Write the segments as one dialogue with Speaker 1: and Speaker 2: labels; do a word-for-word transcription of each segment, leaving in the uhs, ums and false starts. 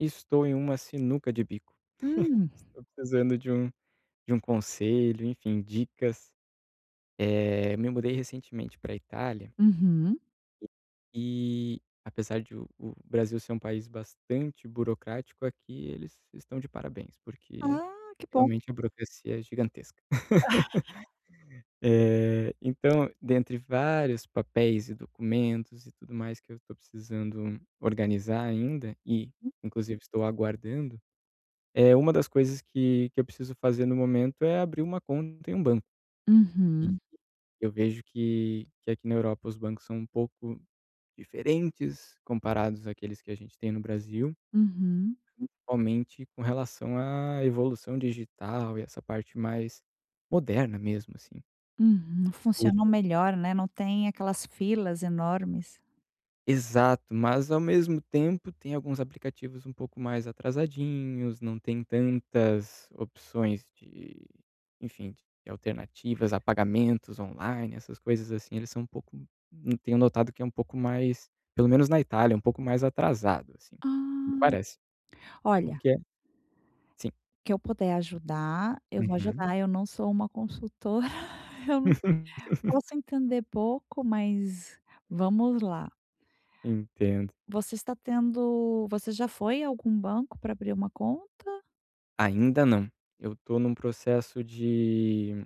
Speaker 1: Estou em uma sinuca de bico.
Speaker 2: Hum.
Speaker 1: Estou precisando de um de um conselho, enfim, dicas. Eh, me mudei recentemente pra Itália,
Speaker 2: Uhum.
Speaker 1: e apesar de o o Brasil ser um país bastante burocrático, aqui eles estão de parabéns, porque
Speaker 2: Ah, que bom.
Speaker 1: realmente a burocracia é gigantesca. Eh, então, dentre vários papéis e documentos e tudo mais que eu estou precisando organizar ainda e, inclusive, estou aguardando. É uma das coisas que que eu preciso fazer no momento é abrir uma conta em um banco. E
Speaker 2: Uhum,
Speaker 1: eu vejo que que aqui na Europa os bancos são um pouco diferentes comparados àqueles que a gente tem no Brasil,
Speaker 2: uhum,
Speaker 1: principalmente com relação à evolução digital e essa parte mais moderna mesmo, assim.
Speaker 2: uhum. Funcionam melhor, né, não tem aquelas filas enormes.
Speaker 1: Exato, mas ao mesmo tempo tem alguns aplicativos um pouco mais atrasadinhos, não tem tantas opções de, enfim, de alternativas a pagamentos online, essas coisas assim, eles são um pouco n- tenho notado que é um pouco mais, pelo menos na Itália, um pouco mais atrasado, assim, me
Speaker 2: Ah.
Speaker 1: parece. O
Speaker 2: Olha,
Speaker 1: que é sim.
Speaker 2: que eu puder ajudar, eu vou
Speaker 1: Uhum.
Speaker 2: ajudar, eu não sou uma consultora, eu não posso entender pouco, mas vamos lá.
Speaker 1: Entendo.
Speaker 2: Você está tendo Você já foi a algum banco para abrir uma conta?
Speaker 1: Ainda não. Eu tô num processo de.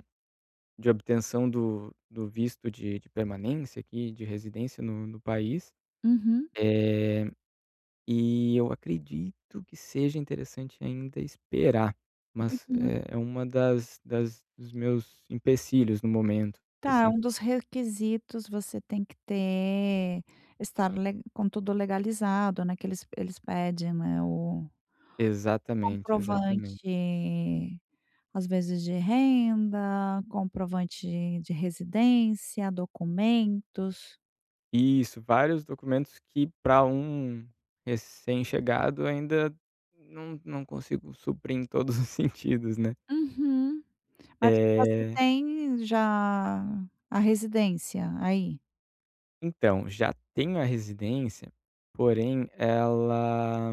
Speaker 1: De obtenção do do visto de de permanência aqui, de residência no no país,
Speaker 2: Uhum.
Speaker 1: eh, e eu acredito que seja interessante ainda esperar, mas é é uma das das dos meus empecilhos no momento,
Speaker 2: Tá,
Speaker 1: assim.
Speaker 2: um dos requisitos você tem que ter estar le com tudo legalizado, né, que eles eles pedem, né, o
Speaker 1: Exatamente, exatamente.
Speaker 2: comprovante, às vezes de renda, comprovante de residência, documentos.
Speaker 1: Isso, vários documentos que para um recém-chegado ainda não não consigo suprir em todos os sentidos, né.
Speaker 2: Uhum. Mas você
Speaker 1: Eh
Speaker 2: tem já a residência aí?
Speaker 1: Então, já tenho a residência, porém ela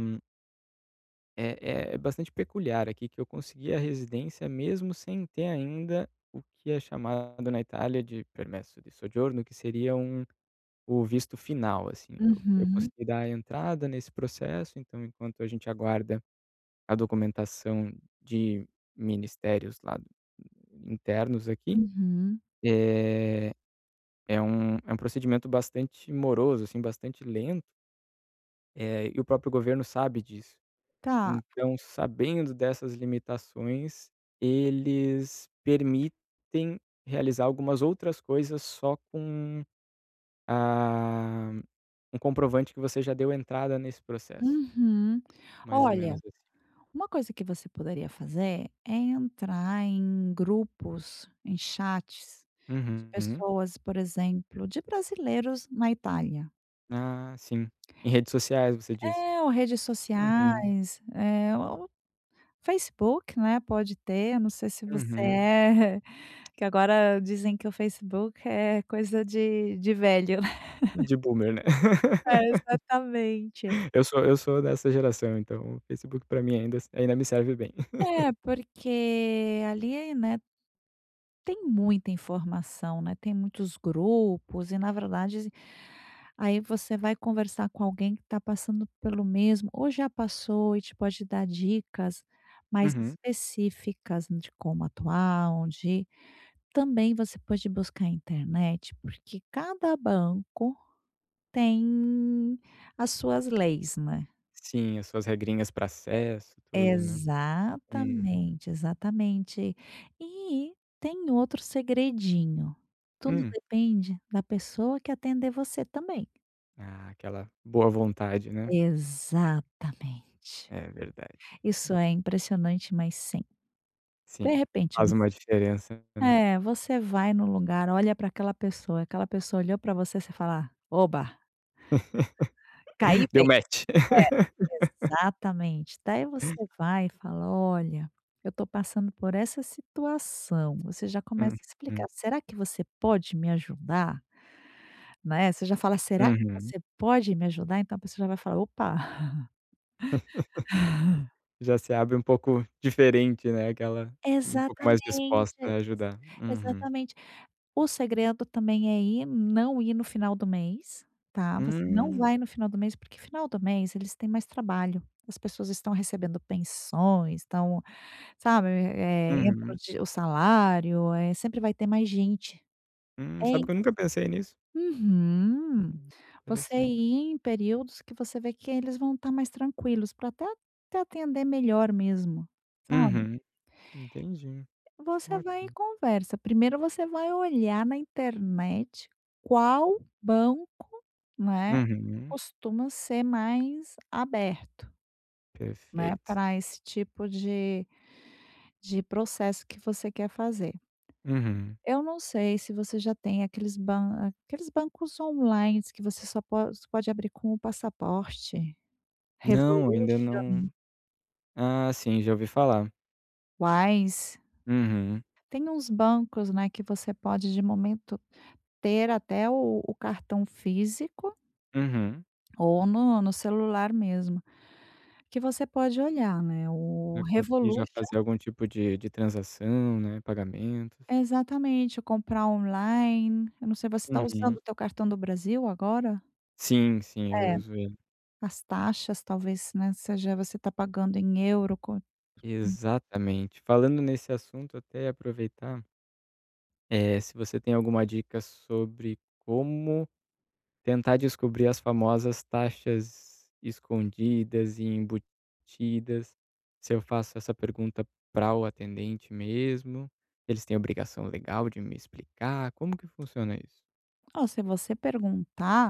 Speaker 1: é é é bastante peculiar aqui, que eu consegui a residência mesmo sem ter ainda o que é chamado na Itália de permesso de soggiorno, que seria um o visto final, assim. Eu eu
Speaker 2: Uhum,
Speaker 1: consegui dar a entrada nesse processo, então enquanto a gente aguarda a documentação de ministérios lá internos aqui,
Speaker 2: uhum.
Speaker 1: eh, é um é um procedimento bastante moroso, assim, bastante lento. Eh, e o próprio governo sabe disso.
Speaker 2: Tá.
Speaker 1: Então, sabendo dessas limitações, eles permitem realizar algumas outras coisas só com a um comprovante que você já deu entrada nesse processo,
Speaker 2: Uhum.
Speaker 1: mais ou menos
Speaker 2: Olha,
Speaker 1: assim.
Speaker 2: uma coisa que você poderia fazer é entrar em grupos, em chats de
Speaker 1: Uhum.
Speaker 2: pessoas, por exemplo, de brasileiros na Itália.
Speaker 1: Ah, sim. Em redes sociais, você diz?
Speaker 2: É, ou redes
Speaker 1: Uhum,
Speaker 2: sociais, eh, ou Facebook, né, pode ter. Eu não sei se você
Speaker 1: uhum.
Speaker 2: é, que agora dizem que o Facebook é coisa de de velho, né.
Speaker 1: De boomer, né?
Speaker 2: É, exatamente.
Speaker 1: Eu sou eu sou dessa geração, então o Facebook pra mim ainda ainda me serve bem.
Speaker 2: É, porque ali, né, tem muita informação, né, tem muitos grupos e, na verdade, aí você vai conversar com alguém que está passando pelo mesmo ou já passou e te pode dar dicas mais
Speaker 1: Uhum.
Speaker 2: específicas de como atuar, onde também você pode buscar a internet, porque cada banco tem as suas leis, né.
Speaker 1: Sim, as suas regrinhas pra acesso, tudo, né? Uhum.
Speaker 2: Exatamente, exatamente. E tem outro segredinho: tudo
Speaker 1: Hum.
Speaker 2: depende da pessoa que atender você também.
Speaker 1: Ah, aquela boa vontade, né.
Speaker 2: Exatamente.
Speaker 1: É verdade.
Speaker 2: Isso é impressionante, mas sim.
Speaker 1: Sim,
Speaker 2: De repente
Speaker 1: faz
Speaker 2: você
Speaker 1: uma diferença, né.
Speaker 2: é, você vai no lugar, olha para aquela pessoa, aquela pessoa olhou para você, você fala: "Ah", "Oba, caí
Speaker 1: Deu
Speaker 2: bem".
Speaker 1: match.
Speaker 2: É, exatamente. Daí você vai e fala: "Olha, eu estou passando por essa situação". Você já começa a explicar:
Speaker 1: Uhum,
Speaker 2: "Será que você pode me ajudar?", né, você já fala: "Será que
Speaker 1: uhum.
Speaker 2: você pode me ajudar?", então a pessoa já vai falar: "Opa".
Speaker 1: Já se abre um pouco diferente, né, aquela um pouco mais
Speaker 2: Exatamente,
Speaker 1: disposta a
Speaker 2: ex
Speaker 1: ajudar. Uhum.
Speaker 2: exatamente. O segredo também é ir não ir no final do mês, tá, você não
Speaker 1: Hum,
Speaker 2: vai no final do mês, porque final do mês eles têm mais trabalho. As pessoas estão recebendo pensões, estão… Sabe, eh, entra o
Speaker 1: uhum.
Speaker 2: di o salário, eh, sempre vai ter mais gente.
Speaker 1: Hum,
Speaker 2: É
Speaker 1: sabe
Speaker 2: i
Speaker 1: que eu nunca pensei nisso.
Speaker 2: uhum.
Speaker 1: Hum,
Speaker 2: Você
Speaker 1: interessante.
Speaker 2: ir em períodos que você vê que eles vão estar mais tranquilos para até te atender melhor mesmo, sabe.
Speaker 1: Uhum, entendi.
Speaker 2: Você vai e
Speaker 1: Ótimo.
Speaker 2: conversa. Primeiro você vai olhar na internet qual banco, né,
Speaker 1: Uhum,
Speaker 2: costuma ser mais aberto, né,
Speaker 1: perfeito.
Speaker 2: para esse tipo de de processo que você quer fazer.
Speaker 1: Uhum.
Speaker 2: Eu não sei se você já tem aqueles ban aqueles bancos online que você só po só pode abrir com o passaporte, Revolution,
Speaker 1: Não, ainda não, ah, sim, já ouvi falar.
Speaker 2: Wise,
Speaker 1: Uhum,
Speaker 2: tem uns bancos, né, que você pode de momento ter até o o cartão físico
Speaker 1: uhum.
Speaker 2: ou no no celular mesmo, que você pode olhar, né, o
Speaker 1: Pra conseguir já
Speaker 2: Revolution,
Speaker 1: fazer algum tipo de de transação, né, pagamentos.
Speaker 2: exatamente, comprar online. Eu não sei, você está
Speaker 1: Uhum.
Speaker 2: usando o teu cartão do Brasil agora?
Speaker 1: Sim, sim, eu
Speaker 2: É,
Speaker 1: uso ele.
Speaker 2: as taxas talvez, né, seja, você está pagando em euro co
Speaker 1: Exatamente. Falando nesse assunto, até aproveitar, eh, se você tem alguma dica sobre como tentar descobrir as famosas taxas escondidas e embutidas, se eu faço essa pergunta para o atendente mesmo, eles têm obrigação legal de me explicar, como que funciona isso?
Speaker 2: ou se você perguntar,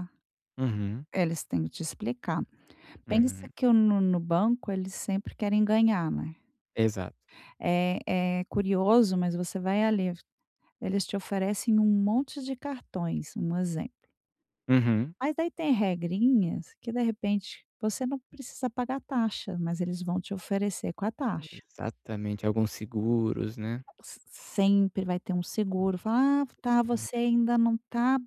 Speaker 1: Uhum,
Speaker 2: eles têm que te explicar. Pensa
Speaker 1: uhum.
Speaker 2: que o no no banco eles sempre querem ganhar, né.
Speaker 1: Exato.
Speaker 2: É é curioso, mas você vai ali, eles te oferecem um monte de cartões, um exemplo.
Speaker 1: Uhum.
Speaker 2: Mas daí tem regrinhas que de repente você não precisa pagar taxa, mas eles vão te oferecer com a taxa.
Speaker 1: Exatamente, alguns seguros, né.
Speaker 2: S sempre vai ter um seguro, fala: "Ah, tá,
Speaker 1: Uhum.
Speaker 2: você ainda não tá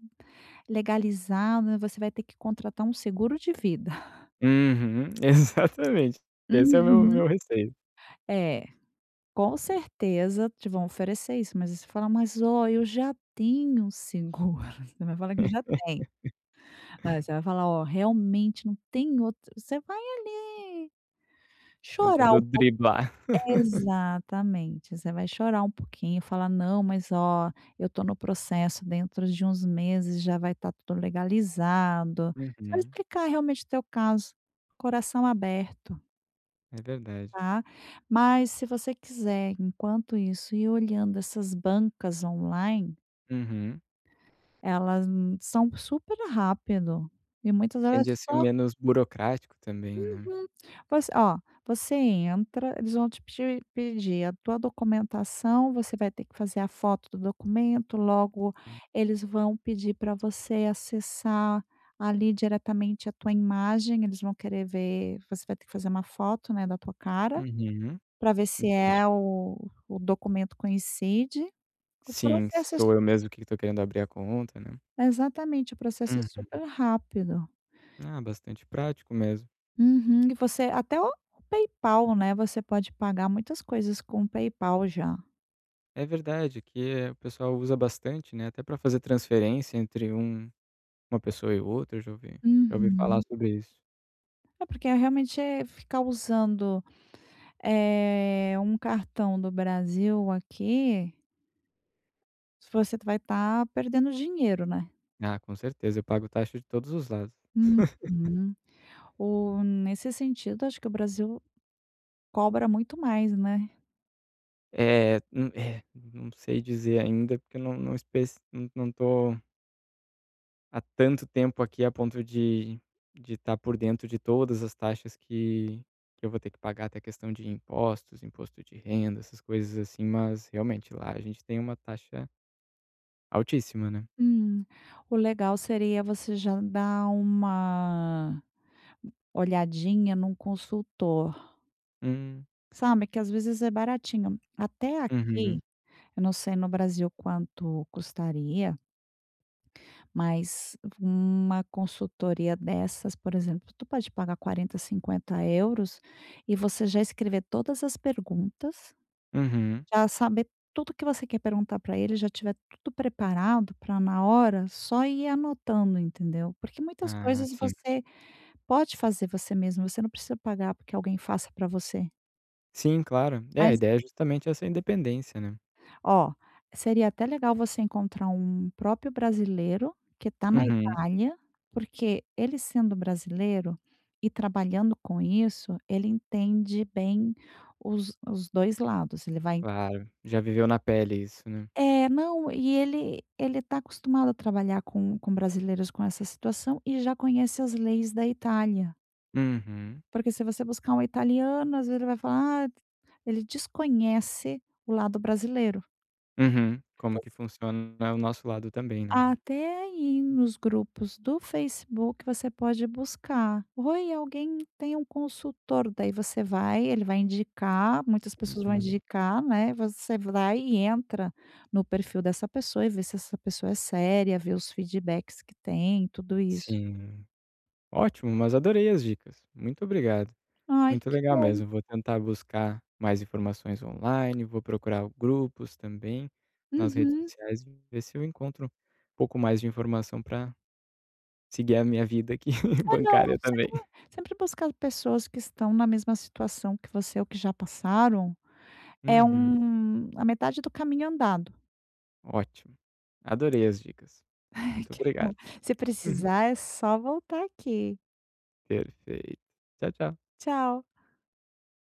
Speaker 2: legalizado, né? Você vai ter que contratar um seguro de vida".
Speaker 1: Uhum, exatamente. Esse é o meu
Speaker 2: Uhum.
Speaker 1: meu receio.
Speaker 2: É. Com certeza te vão oferecer isso, mas aí você fala: "Mas ó, eu já tenho um seguro". Você vai falar que já tem. Né, você vai falar: "Ó, realmente não tem outro". Você vai chorar
Speaker 1: Tentando
Speaker 2: um pouco,
Speaker 1: driblar.
Speaker 2: exatamente, você vai chorar um pouquinho e falar: "Não, mas ó, eu tô no processo, dentro de uns meses já vai estar tudo legalizado". Você vai
Speaker 1: Uhum,
Speaker 2: explicar realmente o teu caso, coração aberto.
Speaker 1: é verdade.
Speaker 2: Tá? Mas se você quiser, enquanto isso, ir olhando essas bancas online,
Speaker 1: Uhum.
Speaker 2: elas, hum, são super rápido, e muitas delas
Speaker 1: Tende a
Speaker 2: é
Speaker 1: ser
Speaker 2: só,
Speaker 1: menos burocrático também, né.
Speaker 2: uhum. Você, ó, você entra, eles vão te pe pedir a tua documentação, você vai ter que fazer a foto do documento. Logo eles vão pedir para você acessar ali diretamente a tua imagem, eles vão querer ver, você vai ter que fazer uma foto, né, da tua cara,
Speaker 1: Uhum,
Speaker 2: para ver se
Speaker 1: entendi.
Speaker 2: é o o documento coincide. O
Speaker 1: Sim, se
Speaker 2: processo é
Speaker 1: sou
Speaker 2: su
Speaker 1: eu mesmo que estou querendo abrir a conta, né.
Speaker 2: exatamente, o processo é
Speaker 1: Uhum.
Speaker 2: super rápido.
Speaker 1: Ah, bastante prático mesmo.
Speaker 2: Uhum. E você até o o PayPal, né, você pode pagar muitas coisas com o PayPal já.
Speaker 1: É verdade que, eh, o pessoal usa bastante, né, até para fazer transferência entre um uma pessoa e outra, eu já ouvi já ouvi falar
Speaker 2: Uhum.
Speaker 1: sobre isso.
Speaker 2: É porque eu realmente é ficar usando, eh, um cartão do Brasil aqui, você vai estar perdendo dinheiro, né.
Speaker 1: Ah, com certeza, eu pago taxa de todos os lados.
Speaker 2: Uhum. O nesse sentido, acho que o Brasil cobra muito mais, né.
Speaker 1: Eh, hum, é, não sei dizer ainda, porque eu não não espec não não tô há tanto tempo aqui a ponto de de estar por dentro de todas as taxas que que eu vou ter que pagar, até questão de impostos, imposto de renda, essas coisas assim, mas realmente lá a gente tem uma taxa altíssima, né.
Speaker 2: Hum, o legal seria você já dar uma olhadinha num consultor,
Speaker 1: Hum,
Speaker 2: sabe, que às vezes é baratinho. Até aqui,
Speaker 1: uhum,
Speaker 2: eu não sei no Brasil quanto custaria, mas uma consultoria dessas, por exemplo, tu pode pagar quarenta, cinquenta euros, e você já escrever todas as perguntas.
Speaker 1: uhum.
Speaker 2: Já saber tudo que você quer perguntar para ele, já tiver tudo preparado para, na hora, só ir anotando, entendeu. Porque muitas
Speaker 1: Ah,
Speaker 2: coisas
Speaker 1: sim.
Speaker 2: você pode fazer você mesmo, você não precisa pagar porque alguém faça para você.
Speaker 1: Sim, claro. É, a
Speaker 2: Mas,
Speaker 1: ideia é justamente essa independência, né.
Speaker 2: ó, seria até legal você encontrar um próprio brasileiro que está na
Speaker 1: Uhum,
Speaker 2: Itália, porque ele, sendo brasileiro e trabalhando com isso, ele entende bem os os dois lados, ele vai…
Speaker 1: claro. Já viveu na pele isso, né.
Speaker 2: É, não, e ele ele tá acostumado a trabalhar com com brasileiros com essa situação e já conhece as leis da Itália,
Speaker 1: Uhum,
Speaker 2: porque se você buscar um italiano, às vezes ele vai falar: "Ah", ele desconhece o lado brasileiro.
Speaker 1: uhum. Como que funciona o nosso lado também, né.
Speaker 2: Até aí nos grupos do Facebook você pode buscar: "Oi, alguém tem um consultor?" Daí você vai, ele vai indicar, muitas pessoas vão
Speaker 1: Uhum.
Speaker 2: indicar, né, você vai e entra no perfil dessa pessoa e vê se essa pessoa é séria, vê os feedbacks que tem, tudo isso.
Speaker 1: Sim. Ótimo, mas adorei as dicas. Muito obrigado.
Speaker 2: Ai,
Speaker 1: Muito
Speaker 2: que
Speaker 1: legal
Speaker 2: bom.
Speaker 1: mesmo, vou tentar buscar mais informações online, vou procurar grupos também nas redes
Speaker 2: Uhum.
Speaker 1: sociais e ver se eu encontro um pouco mais de informação para seguir a minha vida aqui
Speaker 2: Ah, não,
Speaker 1: bancária também.
Speaker 2: sempre sempre buscar pessoas que estão na mesma situação que você ou que já passaram, é
Speaker 1: Uhum,
Speaker 2: um a metade do caminho andado.
Speaker 1: ótimo. Adorei as dicas. Muito
Speaker 2: Que bom.
Speaker 1: obrigado.
Speaker 2: Se
Speaker 1: Uhum.
Speaker 2: precisar, é só voltar aqui.
Speaker 1: Perfeito. Tchau, tchau.
Speaker 2: Tchau.